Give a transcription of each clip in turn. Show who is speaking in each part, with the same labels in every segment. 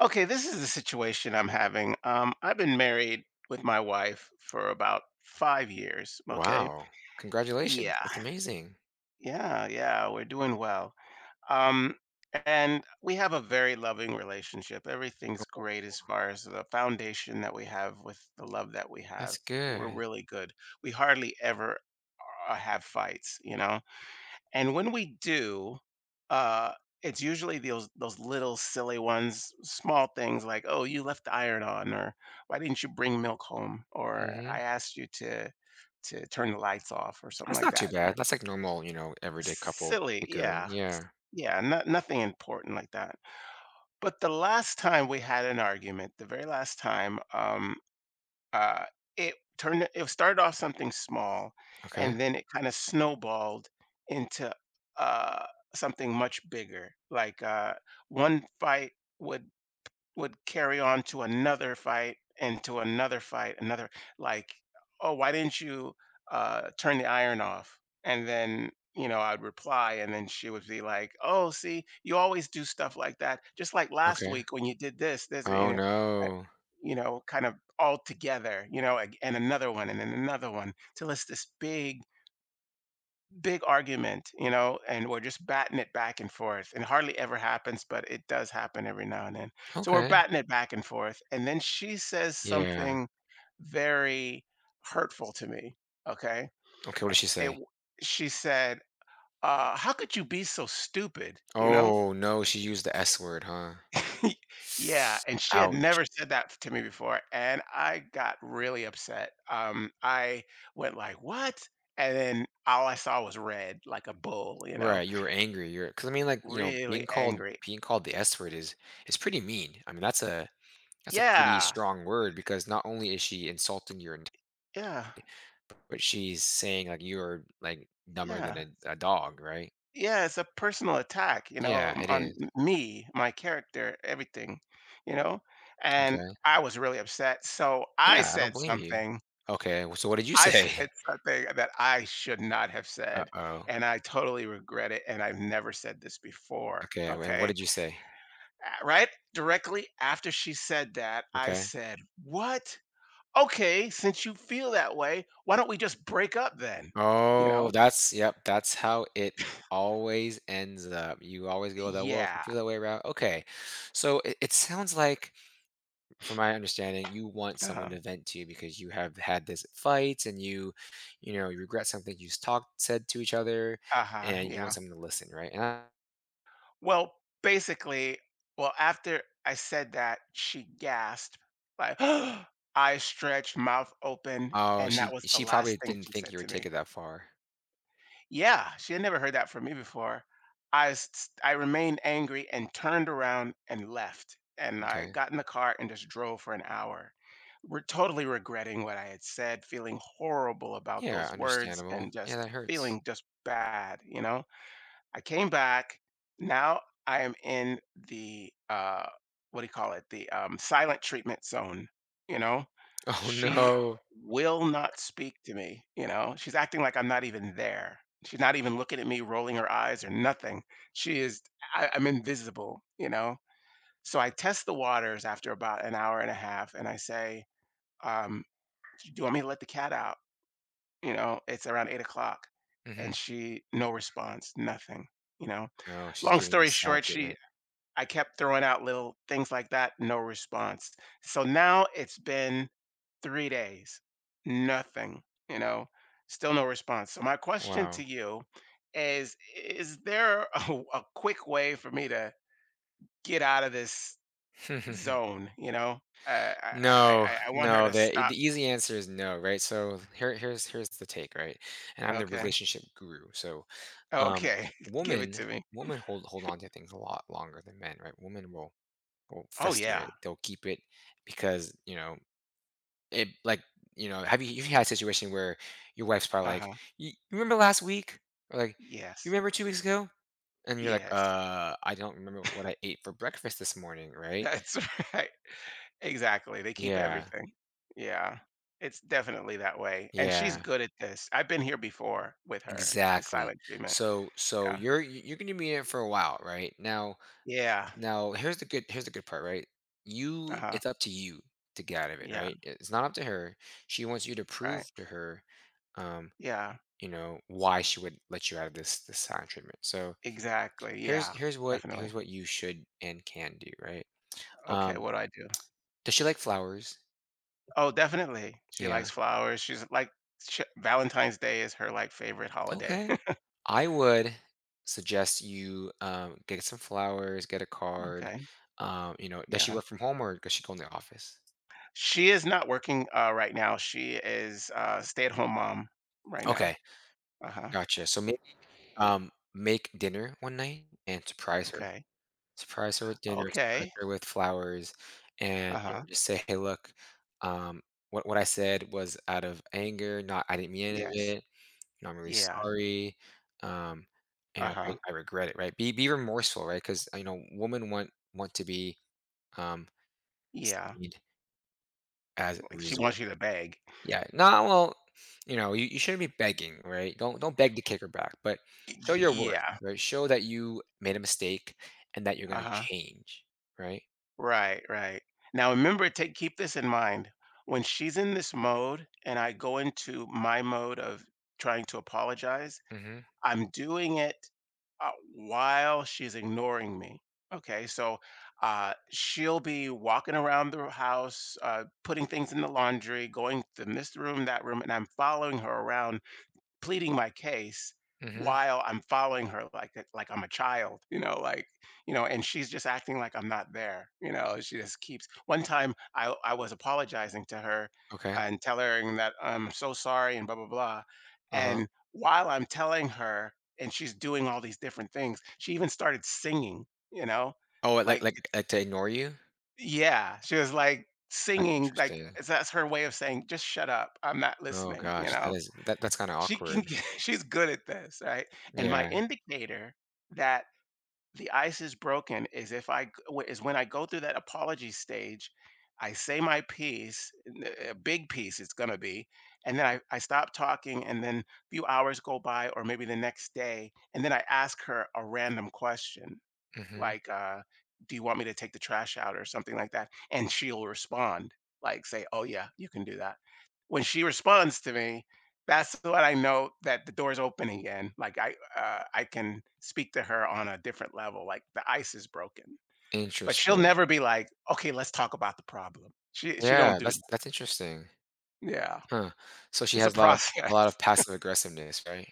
Speaker 1: Okay, this is the situation I'm having. I've been married with my wife for about 5 years. Okay.
Speaker 2: Wow. Congratulations.
Speaker 1: Yeah.
Speaker 2: That's amazing.
Speaker 1: Yeah. Yeah. We're doing well. Um, and we have a very loving relationship. Everything's
Speaker 2: Oh,
Speaker 1: great as far as the foundation that we have with the love that we have.
Speaker 2: that's
Speaker 1: We're
Speaker 2: good.
Speaker 1: really good. We hardly ever have fights, you know? And when we do, uh, it's usually those little silly ones, small things like, "Oh, you left the iron on," or "Why didn't you bring milk home?" or "I
Speaker 2: Mhm.
Speaker 1: asked you to to turn the lights off," or something
Speaker 2: That's
Speaker 1: like
Speaker 2: not too
Speaker 1: that. Or
Speaker 2: bad. That's like normal, you know, everyday couple
Speaker 1: silly,
Speaker 2: bickering.
Speaker 1: yeah,
Speaker 2: Yeah.
Speaker 1: yeah, not, nothing important like that. But the last time we had an argument, the very last time, uh, it started off something small,
Speaker 2: Okay.
Speaker 1: and then it kinda snowballed into, uh, something much bigger. Like, one fight would would carry on to another fight and to another fight, another like, "Oh, why didn't you, turn the iron off?" And then, you know, I'd reply, and then she would be like, "Oh, see, you always do stuff like that, just like last
Speaker 2: Okay.
Speaker 1: week when you did this, this,
Speaker 2: Oh,
Speaker 1: you know, that,
Speaker 2: no.
Speaker 1: you know, kind of all together, you know, and another one and then another one till it's this big argument, you know, and we're just batting it back and forth. And hardly ever happens, but it does happen every now and then. So we're
Speaker 2: Okay.
Speaker 1: batting it back and forth. And then she says
Speaker 2: Yeah.
Speaker 1: something very hurtful to me. Okay.
Speaker 2: Okay, what did she
Speaker 1: It,
Speaker 2: say?
Speaker 1: w- she said, How could you be so stupid? You know?
Speaker 2: Oh, no, she used the S word, huh?
Speaker 1: yeah. And she had
Speaker 2: Ouch.
Speaker 1: never said that to me before. And I got really upset. I went like, What? And then all I saw was red, like a bull, you know?
Speaker 2: Right, you were angry. You're are because I mean, like, you know,
Speaker 1: Really angry.
Speaker 2: being called the S word is pretty mean. I mean, that's a pretty
Speaker 1: Yeah,
Speaker 2: strong word because not only is she insulting your.
Speaker 1: yeah,
Speaker 2: But she's saying, like, "You're, like, dumber than
Speaker 1: yeah.
Speaker 2: a dog," right?
Speaker 1: Yeah, it's a personal attack, you know,
Speaker 2: Yeah, it
Speaker 1: on
Speaker 2: is.
Speaker 1: me, my character, everything, you know? And
Speaker 2: Okay.
Speaker 1: I was really upset, so I
Speaker 2: Yeah, I
Speaker 1: said
Speaker 2: don't blame you.
Speaker 1: something
Speaker 2: Okay, well, so what did you
Speaker 1: I said
Speaker 2: say?
Speaker 1: something that I should not have said,
Speaker 2: Uh-oh.
Speaker 1: and I totally regret it, and I've never said this before,
Speaker 2: Okay, and what
Speaker 1: okay?
Speaker 2: did you say?
Speaker 1: Right directly after she said that, I
Speaker 2: Okay.
Speaker 1: said, "What? Okay, since you feel that way, why don't we just break up then?" You
Speaker 2: Oh,
Speaker 1: know?
Speaker 2: that's yep, that's how it always ends up. You always go the, "Well, if you
Speaker 1: Yeah.
Speaker 2: feel that way around," okay. So it sounds like from my understanding, you want someone
Speaker 1: Uh-huh.
Speaker 2: to vent to you because you have had this fights and you know, you regret something you talked said to each other,
Speaker 1: Uh-huh.
Speaker 2: and you want
Speaker 1: Yeah.
Speaker 2: someone to listen, right? And I,
Speaker 1: Well, basically, well, after I said that, she gasped, like, I stretched, mouth open,
Speaker 2: oh,
Speaker 1: and
Speaker 2: she
Speaker 1: that was the
Speaker 2: she
Speaker 1: last
Speaker 2: probably
Speaker 1: thing
Speaker 2: didn't
Speaker 1: she
Speaker 2: think
Speaker 1: said
Speaker 2: you
Speaker 1: to
Speaker 2: would take
Speaker 1: me.
Speaker 2: it that far.
Speaker 1: Yeah, she had never heard that from me before. I remained angry and turned around and left. And I
Speaker 2: Okay,
Speaker 1: got in the car and just drove for an hour. We're totally regretting what I had said, feeling horrible about
Speaker 2: yeah,
Speaker 1: those words
Speaker 2: understandable.
Speaker 1: and
Speaker 2: Yeah,
Speaker 1: just
Speaker 2: that hurts.
Speaker 1: feeling just bad, you know? I came back. Now I am in the what do you call it? The silent treatment zone, you know?
Speaker 2: Oh,
Speaker 1: She
Speaker 2: no.
Speaker 1: will not speak to me, you know? She's acting like I'm not even there. She's not even looking at me, rolling her eyes or nothing. She is I'm invisible, you know? So I test the waters after about 1.5 hours and I say, um, do you want me to let the cat out? You know, it's around 8 o'clock. And
Speaker 2: Hmm.
Speaker 1: she no response, nothing, you know
Speaker 2: Oh, she's
Speaker 1: long
Speaker 2: giving the
Speaker 1: story
Speaker 2: silent
Speaker 1: short, she
Speaker 2: treatment.
Speaker 1: I kept throwing out little things like that, no response. So now it's been 3 days. Nothing, you know, still no response. So my question to
Speaker 2: Wow.
Speaker 1: you is is there a quick way for me to get out of this zone, you know? Uh, I, I
Speaker 2: No,
Speaker 1: I I want her
Speaker 2: no,
Speaker 1: to
Speaker 2: the
Speaker 1: stop.
Speaker 2: the easy answer is no, right? So here here's the take, right? And I'm the
Speaker 1: Okay.
Speaker 2: relationship guru. So um
Speaker 1: Okay. Give it to
Speaker 2: women
Speaker 1: me.
Speaker 2: women hold hold on to things a lot longer than men, right? Women will
Speaker 1: Oh
Speaker 2: fester
Speaker 1: yeah.
Speaker 2: it. They'll keep it because, you know, it like, you know, have you had a situation where your wife's probably like,
Speaker 1: Uh-huh.
Speaker 2: You remember last week?" Or like, "You
Speaker 1: Yes.
Speaker 2: remember 2 weeks ago?" And you're like,
Speaker 1: Yes.
Speaker 2: I don't remember what I ate for breakfast this morning," right?
Speaker 1: That's right. Exactly, they keep
Speaker 2: Yeah.
Speaker 1: everything. Yeah, it's definitely that way, and she's
Speaker 2: Yeah.
Speaker 1: good at this. I've been here before with her, the
Speaker 2: Exactly.
Speaker 1: silent treatment.
Speaker 2: So so
Speaker 1: Yeah.
Speaker 2: you're y- you're gonna be in it for a while, right? Now
Speaker 1: Yeah.
Speaker 2: now here's the good part, right? You
Speaker 1: Uh-huh.
Speaker 2: it's up to you to get out of it,
Speaker 1: Yeah,
Speaker 2: right? It's not up to her. She wants you to
Speaker 1: right.
Speaker 2: prove to her, um,
Speaker 1: Yeah,
Speaker 2: you know, why she would let you out of this silent treatment. So
Speaker 1: exactly, yeah,
Speaker 2: here's
Speaker 1: definitely.
Speaker 2: here's what you should and can do, right?
Speaker 1: Okay,
Speaker 2: Um,
Speaker 1: what do I do?
Speaker 2: does she like flowers?
Speaker 1: Oh, definitely. She
Speaker 2: Yeah.
Speaker 1: likes flowers, she's like sh Valentine's Day is her, like, favorite holiday.
Speaker 2: Okay. I would suggest you get some flowers, get a card.
Speaker 1: Okay,
Speaker 2: You know, does she
Speaker 1: yeah.
Speaker 2: work from home or does she go in the office?
Speaker 1: She is not working, right now, she is a stay-at-home mom right now.
Speaker 2: Okay,
Speaker 1: Uh-huh,
Speaker 2: gotcha. So maybe make dinner one night and surprise her.
Speaker 1: okay.
Speaker 2: Surprise her with dinner. Surprise
Speaker 1: Okay.
Speaker 2: her with flowers, and you know,
Speaker 1: Uh-huh,
Speaker 2: just say, "Hey, look, um, what I said was out of anger. Not I didn't mean any of
Speaker 1: yes.
Speaker 2: it. You know, I'm really
Speaker 1: Yeah.
Speaker 2: sorry. Um, you know, I,
Speaker 1: Uh-huh.
Speaker 2: I regret it. Right? Be remorseful. Right? Because you know, women want to be." Um,
Speaker 1: Yeah.
Speaker 2: seed as a
Speaker 1: Like, she
Speaker 2: resource.
Speaker 1: wants you to beg.
Speaker 2: Yeah, not well, you know, you shouldn't be begging, right? Don't beg the kicker back, but show your worth,
Speaker 1: Yeah.
Speaker 2: right? Show that you made a mistake and that you're gonna
Speaker 1: Uh-huh.
Speaker 2: change, right?
Speaker 1: Right, right. Now remember, take keep this in mind. When she's in this mode and I go into my mode of trying to apologize,
Speaker 2: Mm-hmm.
Speaker 1: I'm doing it, while she's ignoring me. Okay, so, she'll be walking around the house, putting things in the laundry, going to this room, that room, and I'm following her around pleading my case
Speaker 2: Mm-hmm.
Speaker 1: while I'm following her like that like I'm a child, you know, like, you know, and she's just acting like I'm not there, you know, she just keeps one time I was apologizing to her
Speaker 2: Okay.
Speaker 1: and telling her that I'm so sorry and blah blah blah.
Speaker 2: Uh-huh.
Speaker 1: And while I'm telling her and she's doing all these different things, she even started singing, you know?
Speaker 2: Oh, like
Speaker 1: Like it's
Speaker 2: like like to ignore you?
Speaker 1: yeah, she was like
Speaker 2: That's
Speaker 1: singing like
Speaker 2: interesting.
Speaker 1: that's her way of saying just shut up. I'm not
Speaker 2: Oh
Speaker 1: listening, you
Speaker 2: gosh, that
Speaker 1: know?
Speaker 2: is that that's kind of
Speaker 1: She can
Speaker 2: awkward.
Speaker 1: g she's good at this, right? And my
Speaker 2: Yeah.
Speaker 1: indicator that the ice is broken is if I g w is when I go through that apology stage, I say my piece, n a big piece it's gonna be, and then I stop talking, and then a few hours go by or maybe the next day, and then I ask her a random question
Speaker 2: Mm-hmm.
Speaker 1: like, "Do you want me to take the trash out?" or something like that, and she'll respond, like, say, "Oh, yeah, you can do that." When she responds to me, that's what I know that the door's open again. Like, I can speak to her on a different level, like, the ice is broken. But she'll
Speaker 2: Interesting.
Speaker 1: never be like, "Okay, let's talk about the problem." She don't
Speaker 2: Yeah,
Speaker 1: do that.
Speaker 2: that's interesting.
Speaker 1: Yeah.
Speaker 2: Huh. So she
Speaker 1: It's a
Speaker 2: has
Speaker 1: process.
Speaker 2: a lot of passive aggressiveness, right?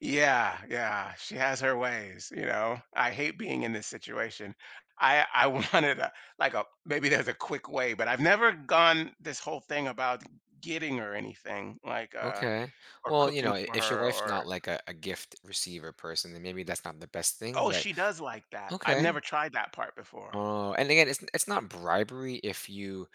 Speaker 1: Yeah, yeah, she has her ways, you know. I hate being in this situation. I wanted a like a maybe there's a quick way, but I've never gone this whole thing about getting her anything like
Speaker 2: Okay.
Speaker 1: or
Speaker 2: Well, you
Speaker 1: cooking
Speaker 2: know,
Speaker 1: for
Speaker 2: if your
Speaker 1: her
Speaker 2: wife's not
Speaker 1: or
Speaker 2: like a gift receiver person, then maybe that's not the best thing,
Speaker 1: oh,
Speaker 2: but
Speaker 1: she does like that. I've
Speaker 2: okay.
Speaker 1: never tried that part before.
Speaker 2: Oh, and again, it's not bribery if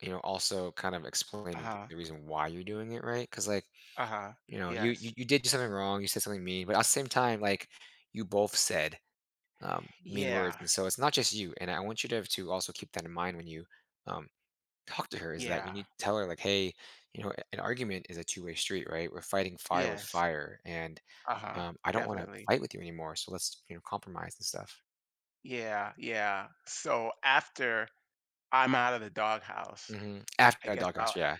Speaker 2: you know, also kind of explain
Speaker 1: Uh-huh.
Speaker 2: the reason why you're doing it, right? Because like,
Speaker 1: Uh-huh.
Speaker 2: you know, you
Speaker 1: Yes.
Speaker 2: you did do something wrong, you said something mean, but at the same time, like you both said mean words.
Speaker 1: Yeah.
Speaker 2: And so it's not just you. And I want you to also keep that in mind when you um talk to her is that you
Speaker 1: Yeah.
Speaker 2: need to tell her like, hey, you know, an argument is a two-way street, right? We're fighting fire with
Speaker 1: Yes.
Speaker 2: fire. And
Speaker 1: Uh-huh.
Speaker 2: I don't wanna
Speaker 1: Definitely.
Speaker 2: fight with you anymore, so let's, you know, compromise and stuff.
Speaker 1: Yeah. Yeah. So after I'm out of the doghouse,
Speaker 2: Mhm.
Speaker 1: I
Speaker 2: After I
Speaker 1: guess
Speaker 2: doghouse,
Speaker 1: I'll
Speaker 2: yeah.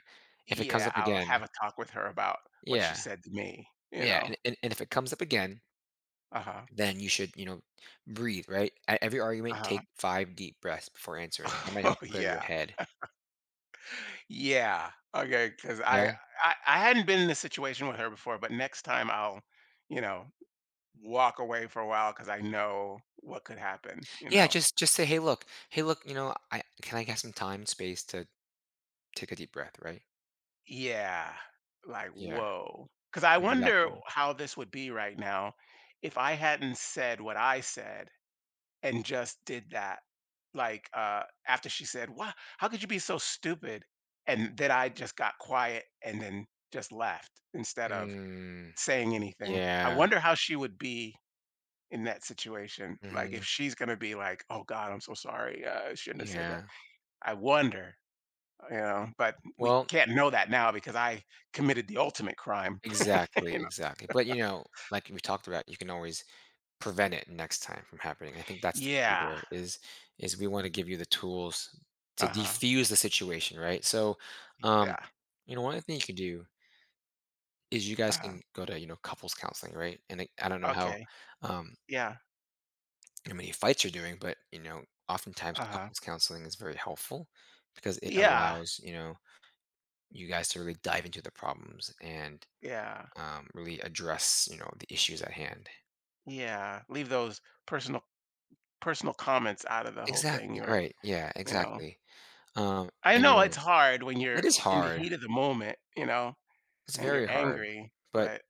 Speaker 2: If it comes
Speaker 1: Yeah,
Speaker 2: up
Speaker 1: I'll have
Speaker 2: again,
Speaker 1: a talk with her about what she
Speaker 2: yeah,
Speaker 1: said to me, you
Speaker 2: yeah,
Speaker 1: know?
Speaker 2: and if it comes up again,
Speaker 1: Uh-huh,
Speaker 2: then you should, you know, breathe, right? At every argument,
Speaker 1: uh-huh.
Speaker 2: take 5 deep breaths before answering. That might
Speaker 1: Oh,
Speaker 2: help clear your
Speaker 1: yeah.
Speaker 2: head.
Speaker 1: Yeah, Okay, because I
Speaker 2: Yeah.
Speaker 1: I I hadn't been in this situation with her before, but next time I'll, you know, walk away for a while because I know what could happen, you
Speaker 2: Yeah,
Speaker 1: know?
Speaker 2: just say, "Hey, look. Hey, look, you know, I have some time and space to take a deep breath," right?
Speaker 1: Yeah, like,
Speaker 2: Yeah,
Speaker 1: whoa, because I wonder
Speaker 2: exactly.
Speaker 1: how this would be right now if I hadn't said what I said and just did that. Like, after she said, "Why how could you be so stupid?" And then I just got quiet and then just left instead of
Speaker 2: Mm,
Speaker 1: saying anything. I
Speaker 2: yeah.
Speaker 1: wonder how she would be in that situation. Like, if
Speaker 2: Mhm,
Speaker 1: she's gonna be like, "Oh god, I'm so sorry. I shouldn't have said that."
Speaker 2: yeah.
Speaker 1: I wonder, you know, but we
Speaker 2: Well,
Speaker 1: can't know that now because I committed the ultimate crime,
Speaker 2: exactly,
Speaker 1: you know?
Speaker 2: exactly. But you know, like we talked about, you can always prevent it next time from happening. I think that's the key
Speaker 1: Yeah.
Speaker 2: here is we want to give you the tools to
Speaker 1: Uh-huh.
Speaker 2: defuse the situation, right? So, um,
Speaker 1: Yeah.
Speaker 2: you know, one thing you can do is you guys
Speaker 1: Uh-huh.
Speaker 2: can go to you know couples counseling, right? And I don't know
Speaker 1: Okay.
Speaker 2: um
Speaker 1: Yeah.
Speaker 2: how many fights you're doing, but you know, oftentimes
Speaker 1: Uh-huh.
Speaker 2: couples counseling is very helpful because it
Speaker 1: Yeah.
Speaker 2: allows you know you guys to really dive into the problems and
Speaker 1: Yeah.
Speaker 2: really address you know the issues at hand.
Speaker 1: Yeah, leave those personal personal comments out of the whole thing,
Speaker 2: Exactly,
Speaker 1: you're
Speaker 2: right, yeah,
Speaker 1: you know?
Speaker 2: exactly, um,
Speaker 1: I
Speaker 2: and, you
Speaker 1: know
Speaker 2: know,
Speaker 1: it's hard when you're
Speaker 2: it is
Speaker 1: in the
Speaker 2: hard,
Speaker 1: heat of the moment, you know,
Speaker 2: it's
Speaker 1: and you're
Speaker 2: very hard,
Speaker 1: angry,
Speaker 2: but,
Speaker 1: but it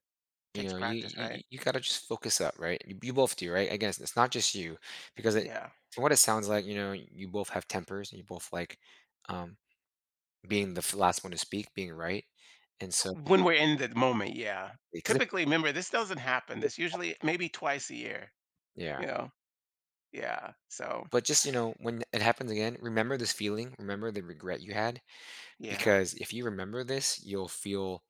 Speaker 2: you
Speaker 1: takes
Speaker 2: know, you
Speaker 1: practice, right?
Speaker 2: you you gotta just focus up, right? You both do, right? I guess it's not just you, because it
Speaker 1: Yeah.
Speaker 2: from what it sounds like, you know, you both have tempers, and you both like, um, being the f last one to speak, being right, and so
Speaker 1: When we're in the moment, yeah.
Speaker 2: because
Speaker 1: Typically, remember, this doesn't happen. This usually maybe twice a year,
Speaker 2: yeah,
Speaker 1: you know? Yeah, so
Speaker 2: but just, you know, when it happens again, remember this feeling, remember the regret you had,
Speaker 1: yeah.
Speaker 2: because if you remember this, you'll feel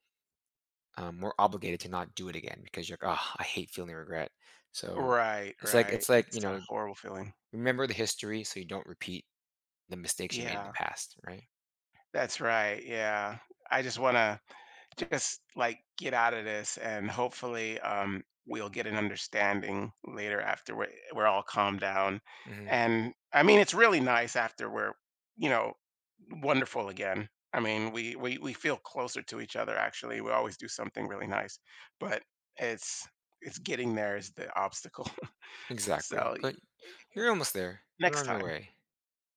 Speaker 2: we're obligated to not do it again because you're like, oh, I hate feeling regret. So
Speaker 1: Right, right.
Speaker 2: it's like
Speaker 1: It's
Speaker 2: you
Speaker 1: a
Speaker 2: know,
Speaker 1: horrible feeling.
Speaker 2: remember the history so you don't repeat the mistakes you made in the
Speaker 1: Yeah,
Speaker 2: past, right?
Speaker 1: that's right, yeah. I just wanna just like get out of this and hopefully we'll get an understanding later after we're all calmed down,
Speaker 2: Hmm.
Speaker 1: and I mean it's really nice after we're, you know, wonderful again. I mean we feel closer to each other. Actually we always do something really nice, but it's it's getting there is the obstacle.
Speaker 2: Exactly.
Speaker 1: so y-
Speaker 2: But you're almost there. You're
Speaker 1: next
Speaker 2: on your
Speaker 1: time
Speaker 2: way.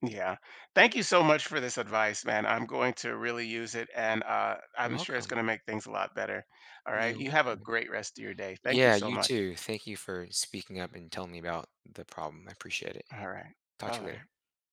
Speaker 1: yeah. Thank you so much for this advice, man. I'm going to really use it and
Speaker 2: You're
Speaker 1: I'm sure it's
Speaker 2: welcome.
Speaker 1: going to make things a lot better. All right.
Speaker 2: You're
Speaker 1: You have a
Speaker 2: welcome.
Speaker 1: great rest of your day. Thank you
Speaker 2: Yeah,
Speaker 1: so
Speaker 2: you
Speaker 1: much.
Speaker 2: too. Thank you for speaking up and telling me about the problem. I appreciate it.
Speaker 1: All right.
Speaker 2: Talk
Speaker 1: Bye
Speaker 2: to you
Speaker 1: bye.
Speaker 2: later.